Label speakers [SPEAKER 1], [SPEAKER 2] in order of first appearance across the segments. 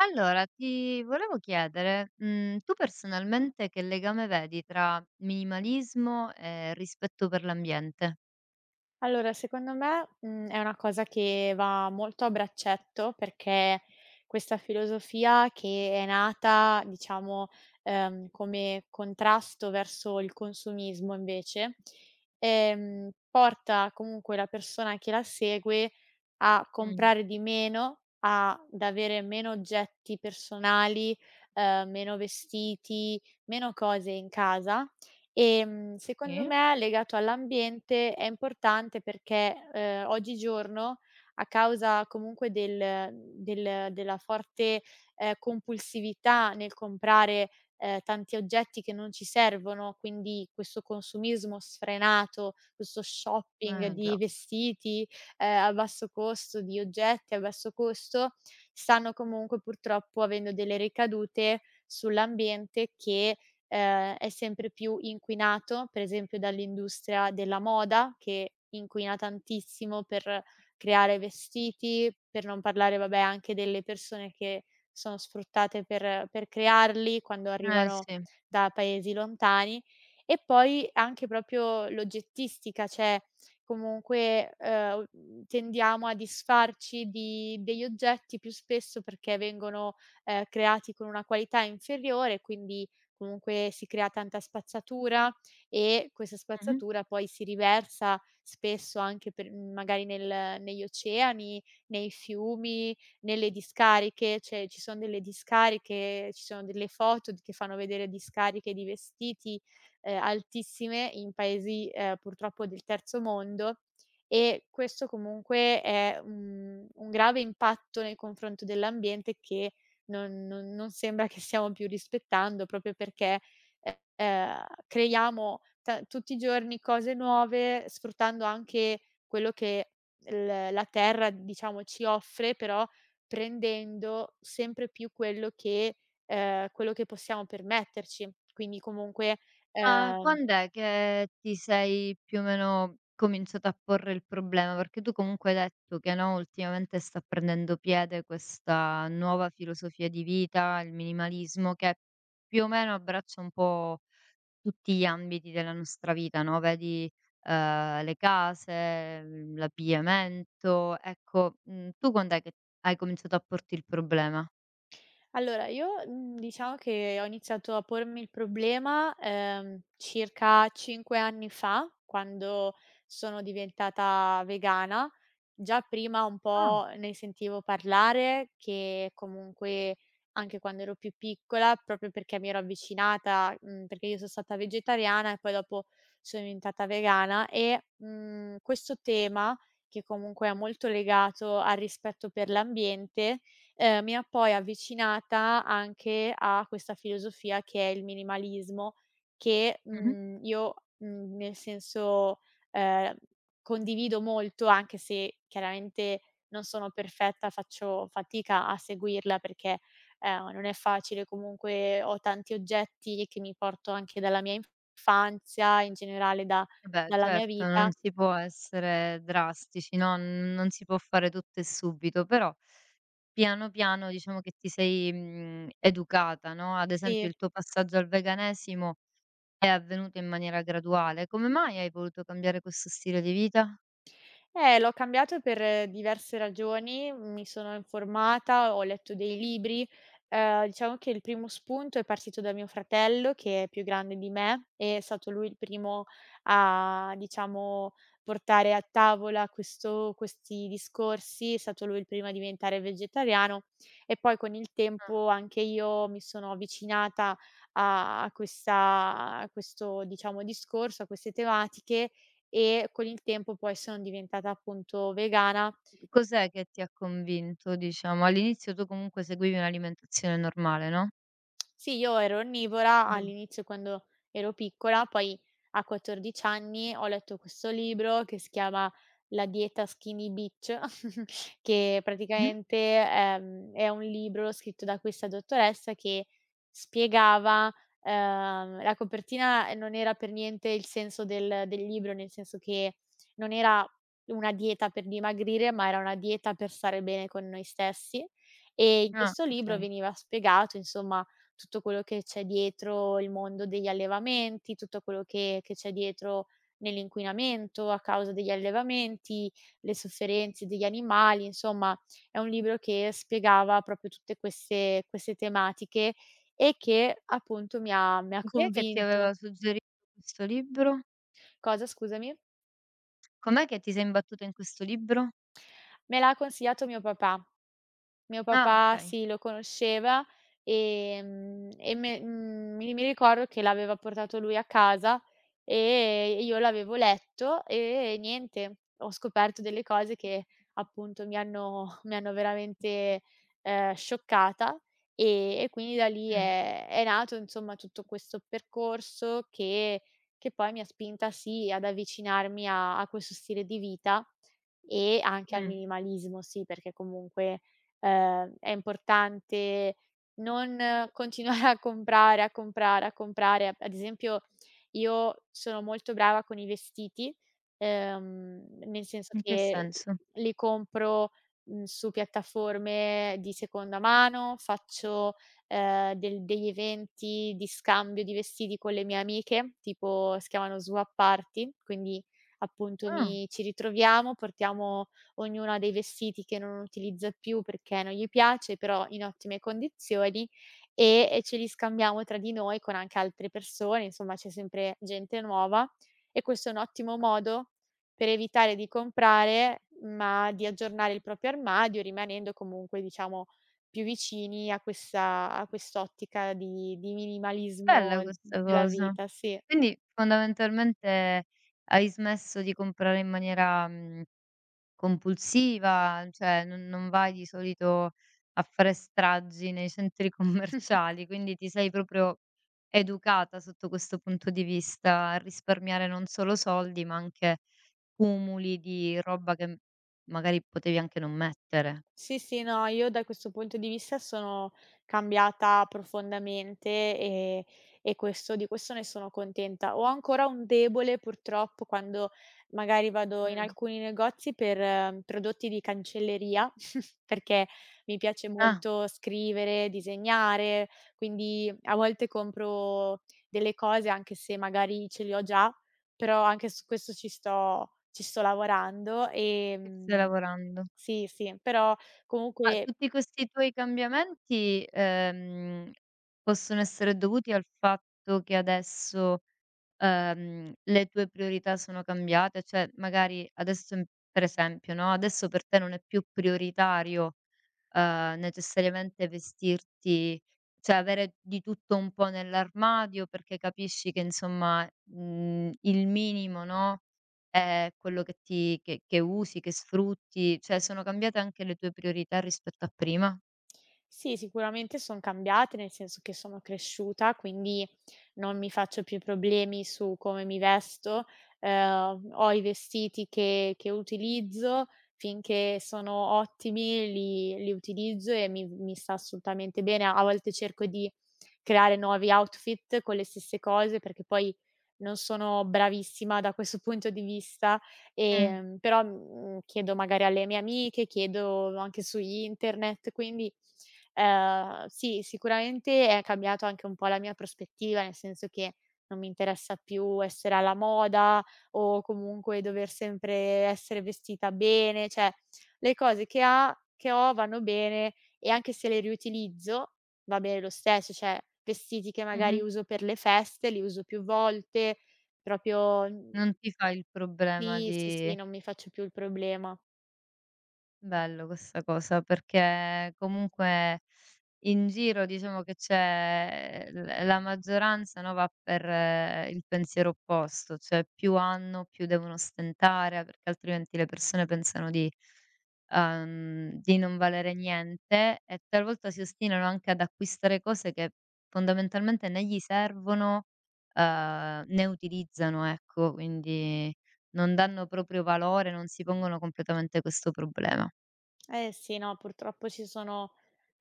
[SPEAKER 1] Allora, ti volevo chiedere, tu personalmente che legame vedi tra minimalismo e rispetto per l'ambiente?
[SPEAKER 2] Allora, secondo me, è una cosa che va molto a braccetto, perché questa filosofia che è nata, diciamo, come contrasto verso il consumismo invece, porta comunque la persona che la segue a
[SPEAKER 1] Mh,
[SPEAKER 2] comprare di meno, a ad avere meno oggetti personali, meno vestiti, meno cose in casa. Secondo
[SPEAKER 1] sì,
[SPEAKER 2] me legato all'ambiente è importante perché, oggigiorno a causa comunque della forte, compulsività nel comprare, tanti oggetti che non ci servono, quindi questo consumismo sfrenato, questo shopping
[SPEAKER 1] eh già.
[SPEAKER 2] di vestiti, a basso costo, di oggetti a basso costo, stanno comunque purtroppo avendo delle ricadute sull'ambiente che, è sempre più inquinato, per esempio dall'industria della moda che inquina tantissimo per creare vestiti, per non parlare vabbè anche delle persone che sono sfruttate per crearli quando
[SPEAKER 1] Eh
[SPEAKER 2] arrivano
[SPEAKER 1] sì.
[SPEAKER 2] da paesi lontani. E poi anche proprio l'oggettistica, cioè comunque, tendiamo a disfarci di degli oggetti più spesso perché vengono, creati con una qualità inferiore, quindi comunque si crea tanta spazzatura e questa
[SPEAKER 1] Mh-mh.
[SPEAKER 2] spazzatura poi si riversa spesso anche magari nel negli oceani, nei fiumi, nelle discariche, cioè ci sono delle discariche, ci sono delle foto che fanno vedere discariche di vestiti, altissime in paesi, purtroppo del terzo mondo, e questo comunque è, un grave impatto nei confronto dell'ambiente che non sembra che stiamo più rispettando proprio perché, creiamo ta tutti i giorni cose nuove, sfruttando anche quello che l la terra, diciamo, ci offre, però prendendo sempre più quello che possiamo permetterci. Quindi comunque.
[SPEAKER 1] Ma
[SPEAKER 2] ehm
[SPEAKER 1] quand'è che ti sei più o meno cominciata a porre il problema? Perché tu comunque hai detto che, no, ultimamente sta prendendo piede questa nuova filosofia di vita, il minimalismo, che più o meno abbraccia un po' tutti gli ambiti della nostra vita, no, vedi, le case, l'abbigliamento, ecco, tu quand'è che hai cominciato a porti il problema?
[SPEAKER 2] Allora io, diciamo che ho iniziato a pormi il problema, circa 5 anni fa, quando sono diventata vegana. Già prima un
[SPEAKER 1] Ah.
[SPEAKER 2] po' ne sentivo parlare, che comunque anche quando ero più piccola, proprio perché mi ero avvicinata, perché io son stata vegetariana e poi dopo sono diventata vegana e, questo tema, che comunque è molto legato al rispetto per l'ambiente, mi ha poi avvicinata anche a questa filosofia che è il minimalismo, che,
[SPEAKER 1] Mh-mh.
[SPEAKER 2] io, nel senso, ehm, condivido molto, anche se chiaramente non sono perfetta, faccio fatica a seguirla perché, non è facile. Comunque ho tanti oggetti che mi porto anche dalla mia infanzia, in generale da
[SPEAKER 1] Eh beh,
[SPEAKER 2] dalla mia
[SPEAKER 1] certo, non
[SPEAKER 2] vita.
[SPEAKER 1] si può essere drastici, no, non si può fare tutto e subito, però piano, piano diciamo che ti sei, educata, no, ad esempio
[SPEAKER 2] Sì.
[SPEAKER 1] il tuo passaggio al veganesimo è avvenuto in maniera graduale. Come mai hai voluto cambiare questo stile di vita?
[SPEAKER 2] L'ho cambiato per diverse ragioni, mi sono informata, ho letto dei libri. Diciamo che il primo spunto è partito da mio fratello, che è più grande di me, e è stato lui il primo a, diciamo, portare a tavola questo questi discorsi, è stato lui il primo a diventare vegetariano e poi con il tempo anche io mi sono avvicinata a questo, diciamo, discorso, a queste tematiche, e con il tempo poi sono diventata appunto vegana.
[SPEAKER 1] Cos'è che ti ha convinto, diciamo? All'inizio tu comunque seguivi un'alimentazione normale, no?
[SPEAKER 2] Sì, io ero onnivora
[SPEAKER 1] Mh.
[SPEAKER 2] all'inizio quando ero piccola, poi a 14 anni ho letto questo libro che si chiama La dieta Skinny Bitch che
[SPEAKER 1] Mh-mh.
[SPEAKER 2] praticamente, è un libro scritto da questa dottoressa che spiegava la copertina non era per niente il senso del libro, nel senso che non era una dieta per dimagrire, ma era una dieta per stare bene con noi stessi. E in
[SPEAKER 1] Ah.
[SPEAKER 2] questo libro
[SPEAKER 1] Okay.
[SPEAKER 2] veniva spiegato, insomma, tutto quello che c'è dietro il mondo degli allevamenti, tutto quello che c'è dietro nell'inquinamento a causa degli allevamenti, le sofferenze degli animali, insomma è un libro che spiegava proprio tutte queste tematiche e che appunto mi ha
[SPEAKER 1] E chi è che ti aveva
[SPEAKER 2] convinto.
[SPEAKER 1] suggerito questo libro?
[SPEAKER 2] Cosa scusami?
[SPEAKER 1] Com'è che ti sei imbattuta in questo libro?
[SPEAKER 2] Me l'ha consigliato mio papà. Mio
[SPEAKER 1] Ah,
[SPEAKER 2] papà
[SPEAKER 1] okay.
[SPEAKER 2] sì, lo conosceva, e me mhmm, mi mi ricordo che l'aveva portato lui a casa, e io l'avevo letto e niente, ho scoperto delle cose che appunto mi hanno mi hanno veramente, scioccata, e quindi da lì
[SPEAKER 1] Mh.
[SPEAKER 2] è nato insomma tutto questo percorso che poi mi ha spinta, sì, ad avvicinarmi a questo stile di vita e anche al
[SPEAKER 1] Mh.
[SPEAKER 2] minimalismo, sì, perché comunque è importante non continuare a comprare, a comprare, a comprare. Ad esempio, io sono molto brava con i vestiti, nel senso
[SPEAKER 1] In che
[SPEAKER 2] che
[SPEAKER 1] senso?
[SPEAKER 2] li compro, su piattaforme di seconda mano, faccio, del degli eventi di scambio di vestiti con le mie amiche, tipo si chiamano swap party, quindi appunto
[SPEAKER 1] Ah.
[SPEAKER 2] mi ci ritroviamo, portiamo, ognuna ha dei vestiti che non utilizza più perché non gli piace, però in ottime condizioni, e ce li scambiamo tra di noi con anche altre persone, insomma c'è sempre gente nuova, e questo è un ottimo modo per evitare di comprare, ma di aggiornare il proprio armadio rimanendo comunque, diciamo, più vicini a questa a quest'ottica di
[SPEAKER 1] Bella
[SPEAKER 2] minimalismo
[SPEAKER 1] questa
[SPEAKER 2] della
[SPEAKER 1] cosa.
[SPEAKER 2] vita, sì.
[SPEAKER 1] Quindi fondamentalmente hai smesso di comprare in maniera, mhmm Compulsiva, cioè non vai di solito a fare stragi nei centri commerciali, quindi ti sei proprio educata sotto questo punto di vista, a risparmiare non solo soldi, ma anche cumuli di roba che magari potevi anche non mettere.
[SPEAKER 2] Sì, sì, no, io da questo punto di vista sono cambiata profondamente, e, di questo ne sono contenta. Ho ancora un debole purtroppo quando magari vado in
[SPEAKER 1] Mh.
[SPEAKER 2] alcuni negozi per prodotti di cancelleria, perché mi piace
[SPEAKER 1] Ah,
[SPEAKER 2] molto scrivere, disegnare, quindi a volte compro delle cose anche se magari ce le ho già, però anche su questo ci sto, lavorando
[SPEAKER 1] ci stai lavorando.
[SPEAKER 2] sì, sì, però
[SPEAKER 1] Ma
[SPEAKER 2] comunque.
[SPEAKER 1] tutti questi tuoi cambiamenti, possono essere dovuti al fatto che adesso, le tue priorità sono cambiate? Cioè, magari adesso in per esempio, no, adesso per te non è più prioritario, necessariamente vestirti cioè avere di tutto un po' nell'armadio perché capisci che insomma, il minimo, no? Quello che ti che usi, che sfrutti, cioè sono cambiate anche le tue priorità rispetto a prima?
[SPEAKER 2] Sì, sicuramente son cambiate, nel senso che sono cresciuta, quindi non mi faccio più problemi su come mi vesto, ho i vestiti che utilizzo, finché sono ottimi li utilizzo e mi sta assolutamente bene. A volte cerco di creare nuovi outfit con le stesse cose, perché poi non sono bravissima da questo punto di vista,
[SPEAKER 1] Mh,
[SPEAKER 2] però, chiedo magari alle mie amiche, chiedo anche su internet, quindi sì, sicuramente è cambiato anche un po' la mia prospettiva, nel senso che non mi interessa più essere alla moda o comunque dover sempre essere vestita bene, cioè le cose che ho vanno bene e anche se le riutilizzo va bene lo stesso, cioè vestiti che
[SPEAKER 1] mh-mh.
[SPEAKER 2] magari uso per le feste, li uso più volte, proprio,
[SPEAKER 1] Non ti fai il problema
[SPEAKER 2] sì, sì,
[SPEAKER 1] di.
[SPEAKER 2] sì, non mi faccio più il problema.
[SPEAKER 1] Bello questa cosa, perché comunque in giro diciamo che c'è l la maggioranza, no, va per il pensiero opposto, cioè più hanno, più devono stentare, perché altrimenti le persone pensano di non valere niente e talvolta si ostinano anche ad acquistare cose che fondamentalmente né gli servono, né utilizzano, ecco, quindi non danno proprio valore, non si pongono completamente questo problema.
[SPEAKER 2] Eh sì, no, purtroppo ci sono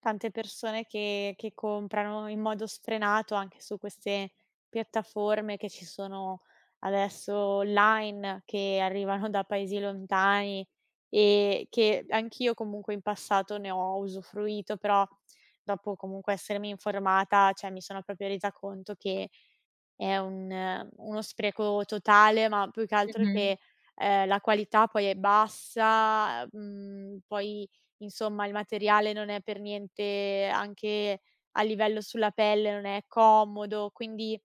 [SPEAKER 2] tante persone che comprano in modo sfrenato anche su queste piattaforme che ci sono adesso online, che arrivano da paesi lontani e che anch'io comunque in passato ne ho usufruito, però dopo comunque essermi informata, cioè mi sono proprio resa conto che è un uno spreco totale, ma più che altro
[SPEAKER 1] Mh-mh.
[SPEAKER 2] che, la qualità poi è bassa, poi insomma il materiale non è per niente anche a livello sulla pelle non è comodo, quindi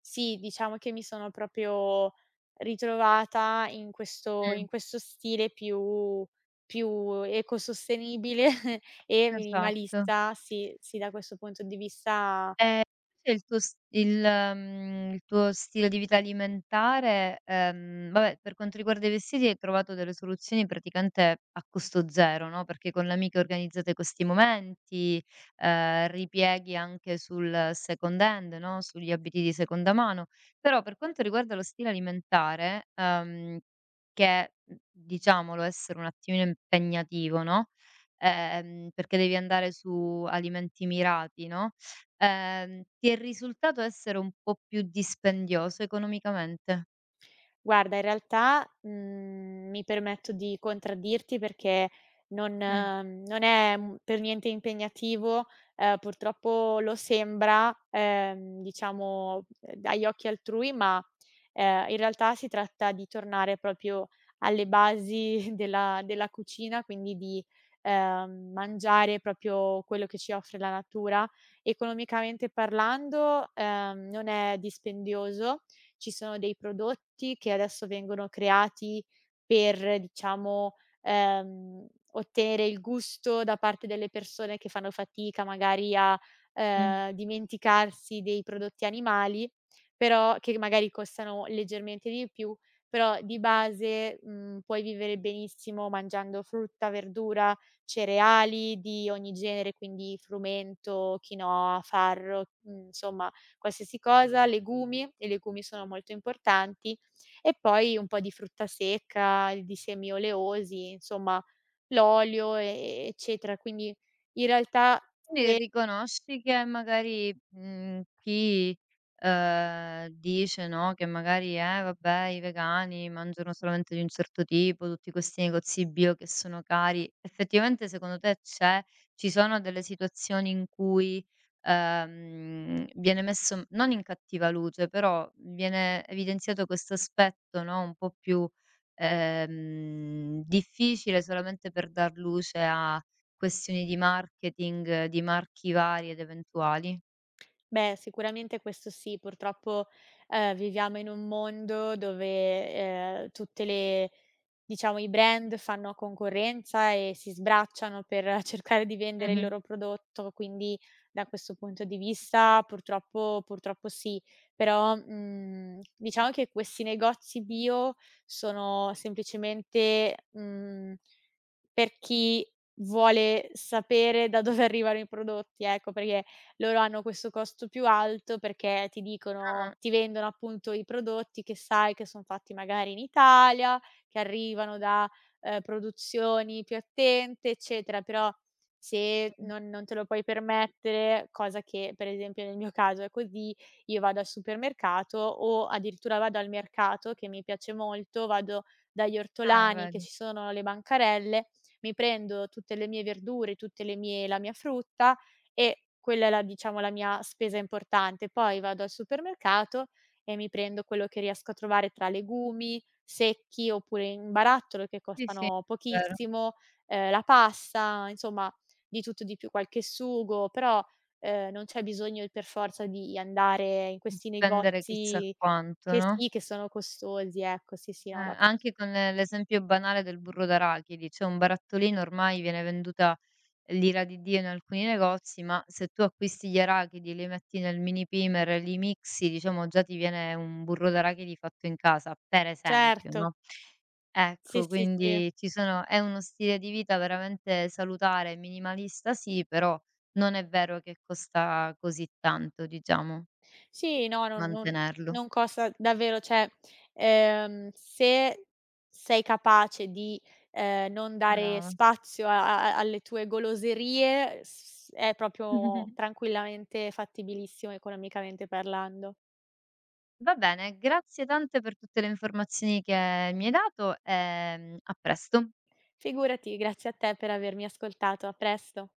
[SPEAKER 2] sì, diciamo che mi sono proprio ritrovata in questo
[SPEAKER 1] Mh,
[SPEAKER 2] in questo stile più ecosostenibile e
[SPEAKER 1] esatto.
[SPEAKER 2] minimalista. Sì, sì, da questo punto di vista.
[SPEAKER 1] Ehm, invece il tuo s il mhmm, il tuo stile di vita alimentare, vabbè per quanto riguarda i vestiti hai trovato delle soluzioni praticamente a costo zero, no, perché con l'amica organizzate questi momenti, ripieghi anche sul second hand, no, sugli abiti di seconda mano. Però per quanto riguarda lo stile alimentare, che, diciamolo essere un attimino impegnativo, no, perché devi andare su alimenti mirati, no, ti è risultato essere un po' più dispendioso economicamente.
[SPEAKER 2] Guarda, in realtà, mi permetto di contraddirti perché non
[SPEAKER 1] Mh,
[SPEAKER 2] eh, non è, per niente impegnativo, purtroppo lo sembra, diciamo, agli occhi altrui, ma, in realtà si tratta di tornare proprio alle basi della cucina, quindi di, mangiare proprio quello che ci offre la natura. Economicamente parlando, non è dispendioso. Ci sono dei prodotti che adesso vengono creati per, diciamo, ehm, ottenere il gusto da parte delle persone che fanno fatica magari a,
[SPEAKER 1] mh.
[SPEAKER 2] dimenticarsi dei prodotti animali, però che magari costano leggermente di più, però di base, puoi vivere benissimo mangiando frutta, verdura, cereali di ogni genere, quindi frumento, quinoa, farro, insomma qualsiasi cosa, legumi, i legumi sono molto importanti, e poi un po' di frutta secca, di semi oleosi, insomma l'olio, e eccetera. Quindi in realtà.
[SPEAKER 1] Quindi
[SPEAKER 2] Se
[SPEAKER 1] riconosci che magari, chi, dice, no, che magari: vabbè, i vegani mangiano solamente di un certo tipo, tutti questi negozi bio che sono cari." Effettivamente secondo te c'è ci sono delle situazioni in cui, viene messo non in cattiva luce, però viene evidenziato questo aspetto, no, un po' più, difficile solamente per dar luce a Questioni di marketing, di marchi vari ed eventuali.
[SPEAKER 2] Beh, sicuramente questo sì, purtroppo, viviamo in un mondo dove, tutte le diciamo i brand fanno concorrenza e si sbracciano per cercare di vendere il
[SPEAKER 1] Mh-mh.
[SPEAKER 2] loro prodotto, quindi da questo punto di vista purtroppo purtroppo sì. Però, diciamo che questi negozi bio sono semplicemente, mhmm per chi vuole sapere da dove arrivano i prodotti, ecco, perché loro hanno questo costo più alto perché ti
[SPEAKER 1] Ah-ah,
[SPEAKER 2] dicono ti vendono appunto i prodotti che sai che son fatti magari in Italia, che arrivano da, produzioni più attente, eccetera, però se
[SPEAKER 1] mh-mh.
[SPEAKER 2] non te lo puoi permettere, cosa che per esempio nel mio caso è così, io vado al supermercato o addirittura vado al mercato, che mi piace molto, vado dagli
[SPEAKER 1] Ah,
[SPEAKER 2] ortolani che
[SPEAKER 1] vedi.
[SPEAKER 2] ci sono alle bancarelle, mi prendo tutte le mie verdure, tutte le mie la mia frutta e quella è la mia spesa importante. Poi vado al supermercato e mi prendo quello che riesco a trovare tra legumi secchi, oppure in barattolo che
[SPEAKER 1] Sì, sì,
[SPEAKER 2] costano
[SPEAKER 1] vero.
[SPEAKER 2] pochissimo, la pasta, insomma di tutto di più, qualche sugo, però, non c'è bisogno per forza di andare in
[SPEAKER 1] Di
[SPEAKER 2] questi
[SPEAKER 1] spendere chissà
[SPEAKER 2] negozi
[SPEAKER 1] quanto,
[SPEAKER 2] che
[SPEAKER 1] no,
[SPEAKER 2] sì, che sono costosi, ecco, sì, sì, no, la pe
[SPEAKER 1] anche con l'esempio banale del burro d'arachidi, cioè un barattolino ormai viene venduta L'ira di Dio in alcuni negozi, ma se tu acquisti gli arachidi, li metti nel mini primer e li mixi, diciamo già ti viene un burro d'arachidi fatto in casa, per esempio,
[SPEAKER 2] certo,
[SPEAKER 1] no,
[SPEAKER 2] sì,
[SPEAKER 1] ecco,
[SPEAKER 2] sì, sì.
[SPEAKER 1] quindi ci sono è uno stile di vita veramente salutare, minimalista sì, però non è vero che costa così tanto, diciamo,
[SPEAKER 2] Sì, no, non non
[SPEAKER 1] mantenerlo.
[SPEAKER 2] non costa davvero, cioè, se sei capace di, non dare
[SPEAKER 1] Brava.
[SPEAKER 2] spazio a a alle tue goloserie, s è proprio tranquillamente fattibilissimo economicamente parlando.
[SPEAKER 1] Va bene, grazie tante per tutte le informazioni che mi hai dato, a presto.
[SPEAKER 2] Figurati, grazie a te per avermi ascoltato. A presto.